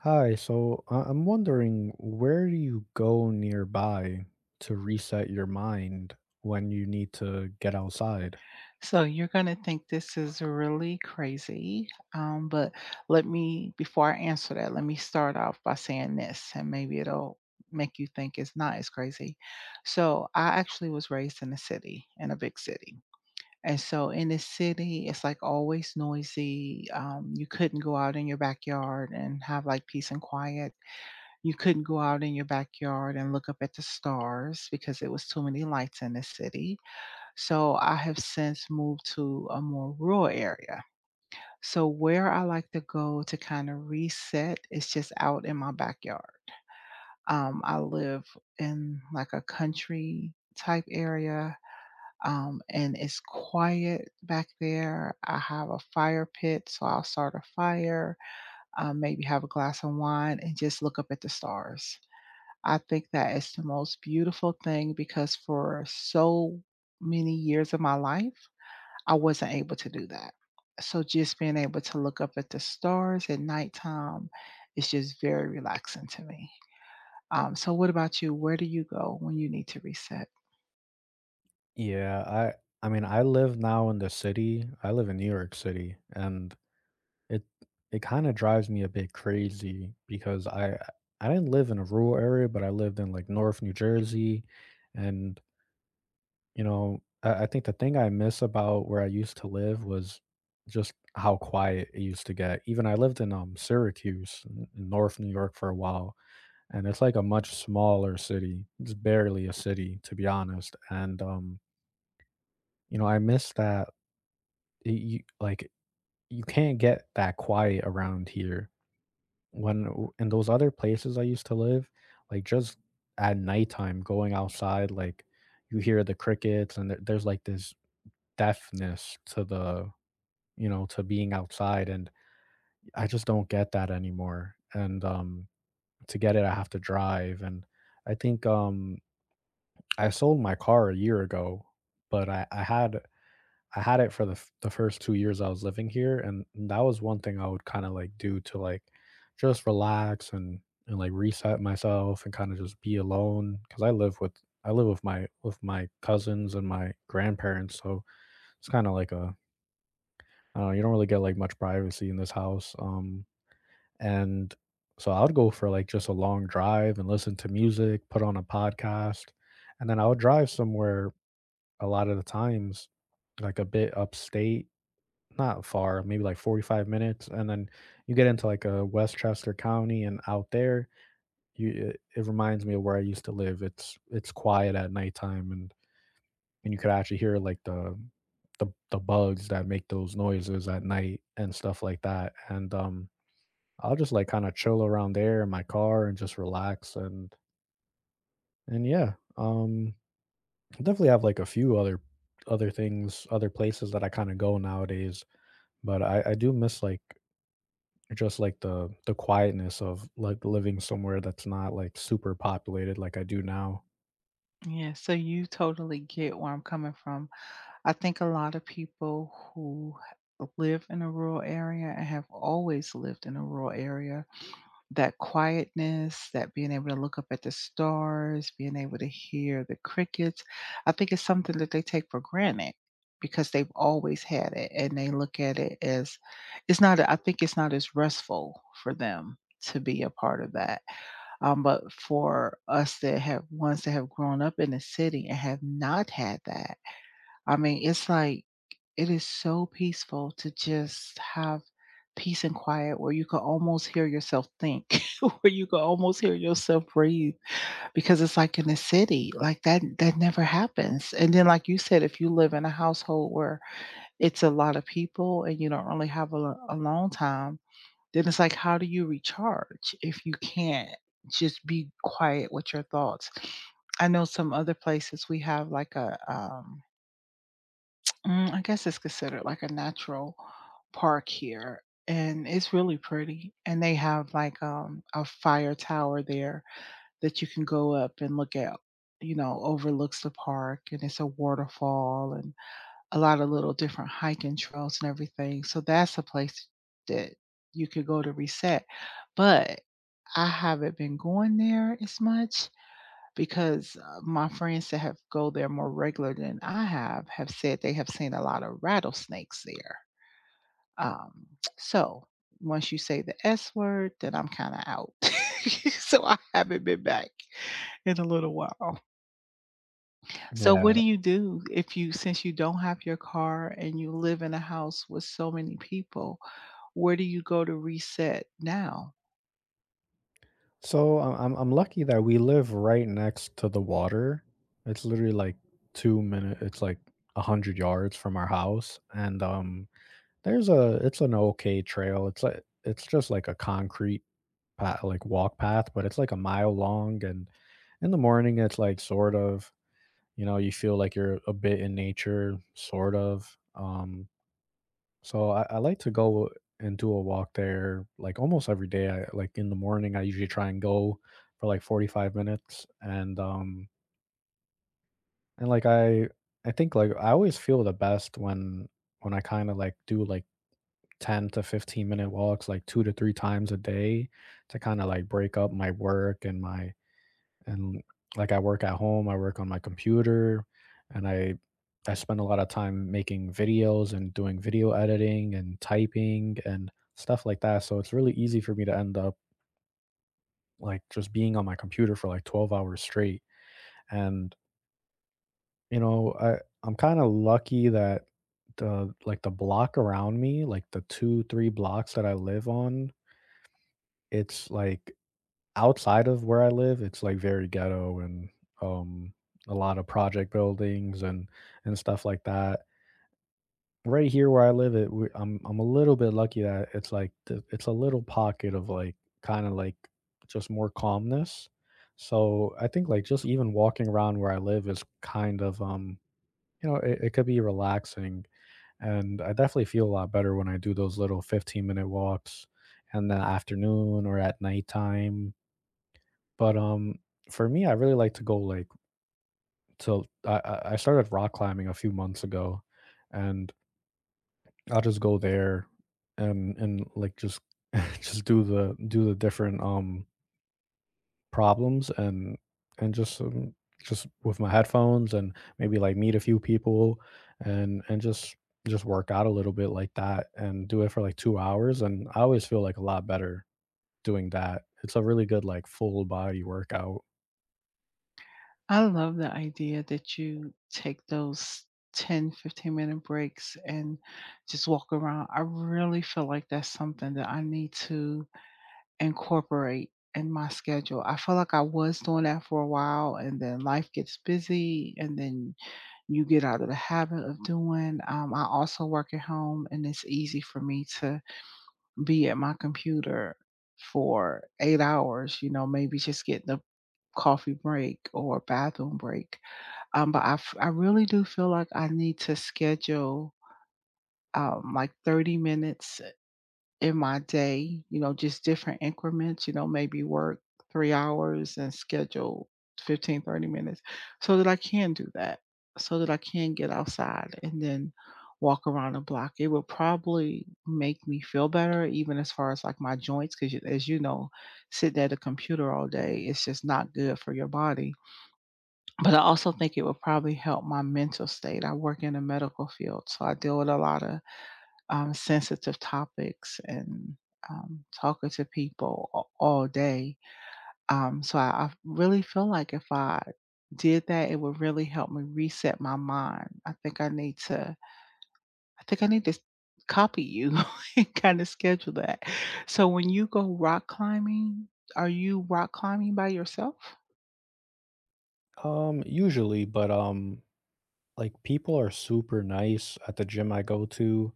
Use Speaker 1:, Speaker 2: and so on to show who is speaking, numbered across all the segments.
Speaker 1: Hi, so I'm wondering where do you go nearby to reset your mind when you need to get outside?
Speaker 2: So you're going to think this is really crazy. But let me, before I answer that, let me start off by saying this, and maybe it'll make you think it's not as crazy. So I actually was raised in a city, in a big city. And so in the city, it's like always noisy. You couldn't go out in your backyard and have like peace and quiet. You couldn't go out in your backyard and look up at the stars because it was too many lights in the city, so I have since moved to a more rural area. So where I like to go to kind of reset is just out in my backyard. I live in like a country type area. And it's quiet back there. I have a fire pit, so I'll start a fire, maybe have a glass of wine, and just look up at the stars. I think that is the most beautiful thing because for so many years of my life, I wasn't able to do that. So just being able to look up at the stars at nighttime is just very relaxing to me. So what about you? Where do you go when you need to reset?
Speaker 1: Yeah, I mean I live now in the city. I live in New York City, and it it kind of drives me a bit crazy because I didn't live in a rural area, but I lived in like North New Jersey. And you know, I think the thing I miss about where I used to live was just how quiet it used to get. Even I lived in Syracuse in North New York for a while, and it's like a much smaller city. It's barely a city, to be honest. And I miss that. Like you can't get that quiet around here. In those other places I used to live, like just at nighttime, going outside, like you hear the crickets, and there's like this deafness to the to being outside, and I just don't get that anymore, and, to get it, I have to drive. And I think, I sold my car a year ago, but I had it for the first 2 years I was living here, and that was one thing I would kinda, like, do to, like, just relax and reset myself and kinda just be alone because I live with my cousins and my grandparents. So it's kinda like a you don't really get, like, much privacy in this house, and so I would go for, like, just a long drive and listen to music, put on a podcast, and then I would drive somewhere a lot of the times, like, a bit upstate, not far, maybe, like, 45 minutes. And then you get into, like, a Westchester County, and out there, you it reminds me of where I used to live. It's quiet at nighttime, and you could actually hear like the the bugs that make those noises at night and stuff like that. And I'll just like kind of chill around there in my car and just relax, and yeah. I definitely have like a few other things, other places that I kind of go nowadays, but I do miss like just like the quietness of like living somewhere that's not like super populated like I do now.
Speaker 2: Yeah, so you totally get where I'm coming from. I think a lot of people who live in a rural area and have always lived in a rural area, that quietness, that being able to look up at the stars, being able to hear the crickets, I think it's something that they take for granted because they've always had it, and they look at it as it's not, I think it's not as restful for them to be a part of that. But for us that have ones that have grown up in the city and have not had that, I mean, it's like it is so peaceful to just have peace and quiet where you can almost hear yourself think, where you can almost hear yourself breathe because it's like in the city, like that never happens. And then like you said, if you live in a household where it's a lot of people and you don't really have a long time, then it's like, how do you recharge if you can't just be quiet with your thoughts? I know some other places we have like I guess it's considered like a natural park here, and it's really pretty. And they have like a fire tower there that you can go up and look at, you know, overlooks the park, and it's a waterfall and a lot of little different hiking trails and everything. So that's a place that you could go to reset. But I haven't been going there as much because my friends that have go there more regular than I have said they have seen a lot of rattlesnakes there. Um, so once you say the S word, then I'm kind of out. So I haven't been back in a little while. So what
Speaker 1: Yeah.
Speaker 2: do you do if you since you don't have your car and you live in a house with so many people, where do you go to reset now?
Speaker 1: So I'm lucky that we live right next to the water. It's literally like 2 minute. It's like 100 yards from our house, and there's a it's an okay trail. It's just like a concrete path, like walk path, but it's like a mile long. And in the morning, it's like sort of you feel like you're a bit in nature, sort of. So I like to go and do a walk there like almost every day. I like in the morning I usually try and go for like 45 minutes, and and I think like I always feel the best when I kind of like do like 10 to 15 minute walks like two to three times a day to kind of like break up my work and my and like I work at home, I work on my computer, and I spend a lot of time making videos and doing video editing and typing and stuff like that. So it's really easy for me to end up like just being on my computer for like 12 hours straight. And you know, I'm kind of lucky that the block around me, like the 2 3 blocks that I live on. It's like, outside of where I live, it's, like, very ghetto, and, um, a lot of project buildings, and stuff like that. Right here where I live, it we I'm a little bit lucky that it's, like, the it's a little pocket of, like, kinda, like, just more calmness. So, I think, like, just even walking around where I live is kind of, you know, it could be relaxing, and I definitely feel a lot better when I do those little 15-minute walks in the afternoon or at nighttime. But, for me, I really like to go, like, to I started rock climbing a few months ago, and I'll just go there and, like, just just do the different, problems, and just with my headphones, and maybe, like, meet a few people, and just work out a little bit like that and do it for, like, 2 hours, and I always feel, like, a lot better doing that. It's a really good, like, full body workout.
Speaker 2: I love the idea that you take those 10, 15-minute breaks and just walk around. I really feel like that's something that I need to incorporate in my schedule. I feel like I was doing that for a while, and then life gets busy, and then you get out of the habit of doing. I also work at home, and it's easy for me to be at my computer for 8 hours, you know, maybe just getting a coffee break or a bathroom break. But I really do feel like I need to schedule, like 30 minutes in my day, you know, just different increments, you know, maybe work 3 hours and schedule 15, 30 minutes so that I can do that, so that I can get outside and then walk around the block. It will probably make me feel better even as far as, like, my joints, because as you know, sitting at a computer all day, it's just not good for your body. But I also think it would probably help my mental state. I work in the medical field, so I deal with a lot of, sensitive topics and, talking to people a all day. So I really feel like if I did that, it would really help me reset my mind. I think I need to I think I need to copy you and kinda schedule that. So when you go rock climbing, are you rock climbing by yourself?
Speaker 1: Usually, but, like, people are super nice at the gym I go to.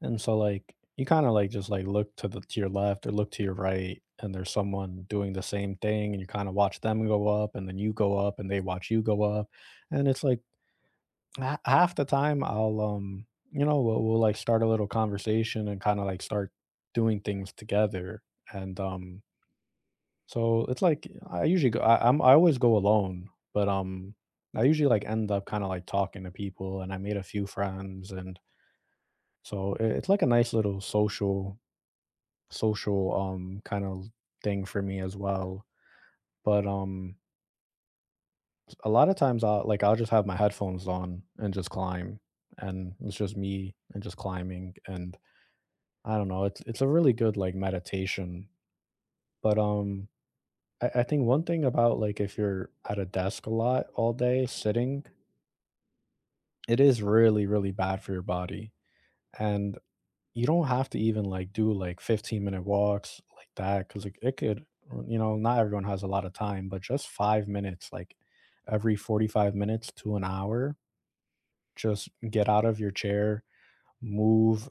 Speaker 1: And so like you kind of like just like look to your left or look to your right, and there's someone doing the same thing, and you kind of watch them go up and then you go up and they watch you go up. And it's like half the time I'll we'll like start a little conversation and kind of like start doing things together, and so, it's like I usually go, I always go alone, but, I usually, like, end up kinda, like, talking to people, and I made a few friends, and so I it's like a nice little social, kind of thing for me as well. But, a lot of times I'll just have my headphones on and just climb, and it's just me and just climbing, and I don't know, it's a really good, like, meditation. But, I think one thing about, like, if you're at a desk a lot all day sitting, it is really, really bad for your body. And you don't have to even like do like 15-minute walks like that because it could, not everyone has a lot of time, but just 5 minutes, like every 45 minutes to an hour, just get out of your chair, move,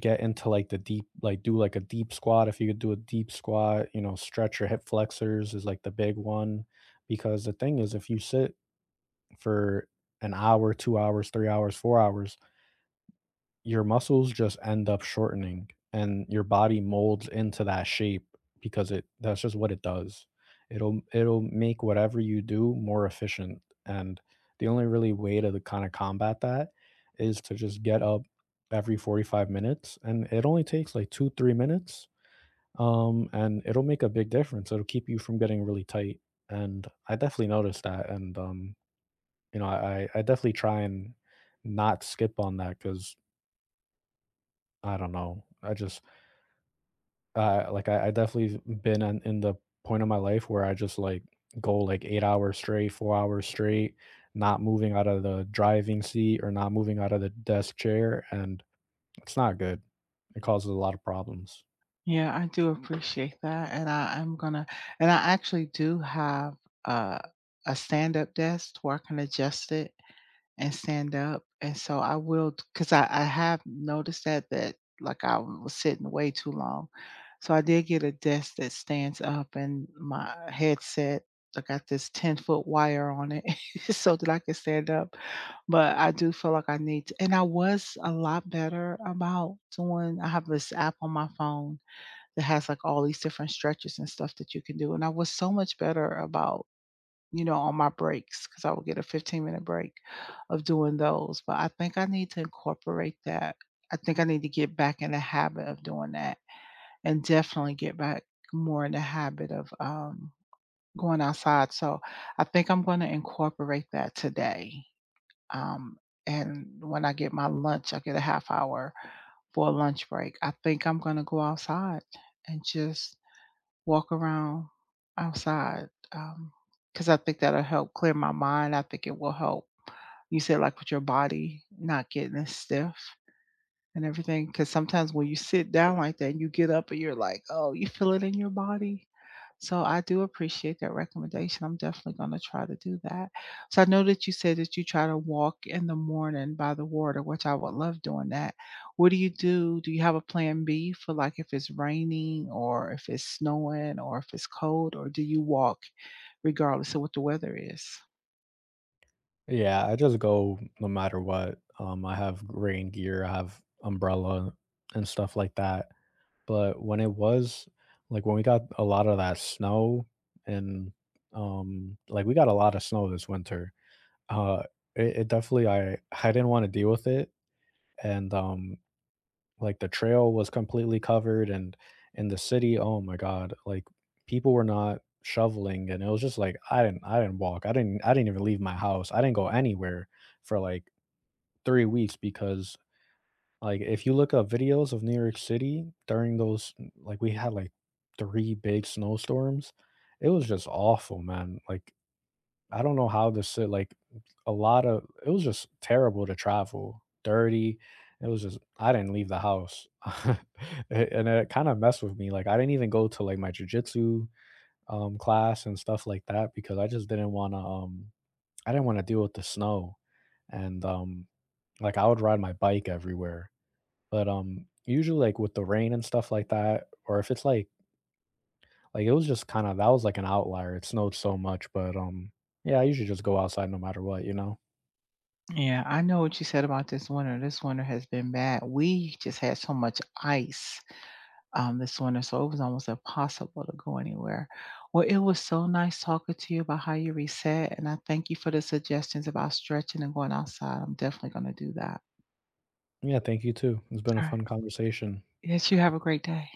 Speaker 1: get into like the deep, like do like a deep squat. If you could do a deep squat, you know, stretch your hip flexors is like the big one. Because the thing is, if you sit for an hour, 2 hours, 3 hours, 4 hours, your muscles just end up shortening and your body molds into that shape because it that's just what it does. It'll make whatever you do more efficient, and the only really way to kind of combat that is to just get up every 45 minutes, and it only takes like 2 3 minutes, and it'll make a big difference. It'll keep you from getting really tight, and I definitely noticed that, and you know, I definitely try and not skip on that cuz I don't know. I just like, I definitely been in the point of my life where I just like go like 8 hours straight, 4 hours straight, not moving out of the driving seat or not moving out of the desk chair, and it's not good. It causes a lot of problems.
Speaker 2: Yeah, I do appreciate that, and I actually do have a stand-up desk where I can adjust it and stand up, and so I will because I have noticed that like I was sitting way too long, so I did get a desk that stands up and my headset. I got this 10-foot wire on it so that I can stand up. But I do feel like I need to, and I was a lot better about doing, I have this app on my phone that has like all these different stretches and stuff that you can do. And I was so much better about, you know, on my breaks because I would get a 15-minute break of doing those. But I think I need to incorporate that. I think I need to get back in the habit of doing that and definitely get back more in the habit of going outside. So I think I'm going to incorporate that today. Um, and when I get my lunch, I get a half hour for a lunch break. I think I'm going to go outside and just walk around outside because I think that'll help clear my mind. I think it will help. You said, like, with your body not getting as stiff. And everything, because sometimes when you sit down like that and you get up and you're like, "Oh, you feel it in your body." So I do appreciate that recommendation. I'm definitely gonna try to do that. So I know that you said that you try to walk in the morning by the water, which I would love doing that. What do you do? Do you have a plan B for, like, if it's raining or if it's snowing or if it's cold, or do you walk regardless of what the weather is?
Speaker 1: Yeah, I just go no matter what. I have rain gear, I have umbrella and stuff like that. But when it was like when we got a lot of that snow, and like, we got a lot of snow this winter. Uh, it definitely, I didn't want to deal with it, and, like, the trail was completely covered, and in the city, oh my god, like, people were not shoveling, and it was just like I didn't walk, I didn't even leave my house. I didn't go anywhere for like 3 weeks because like if you look up videos of New York City during those, like, we had like three big snowstorms, it was just awful, man. Like, I don't know how this shit, like, a lot of it was just terrible to travel, dirty. It was just I didn't leave the house. And it kind of messed with me. Like, I didn't even go to like my jujitsu class and stuff like that because I didn't want to deal with the snow. And like I would ride my bike everywhere. But usually, like, with the rain and stuff like that, or if it's like it was just kind of, that was like an outlier. It snowed so much, but yeah, I usually just go outside no matter what, you know.
Speaker 2: Yeah, I know what you said about this winter. This winter has been bad. We just had so much ice, this winter, so it was almost impossible to go anywhere. Well, it was so nice talking to you about how you reset, and I thank you for the suggestions about stretching and going outside. I'm definitely going to do that.
Speaker 1: Yeah, thank you too. It's been a
Speaker 2: All right.
Speaker 1: fun conversation.
Speaker 2: Yes, you have a great day.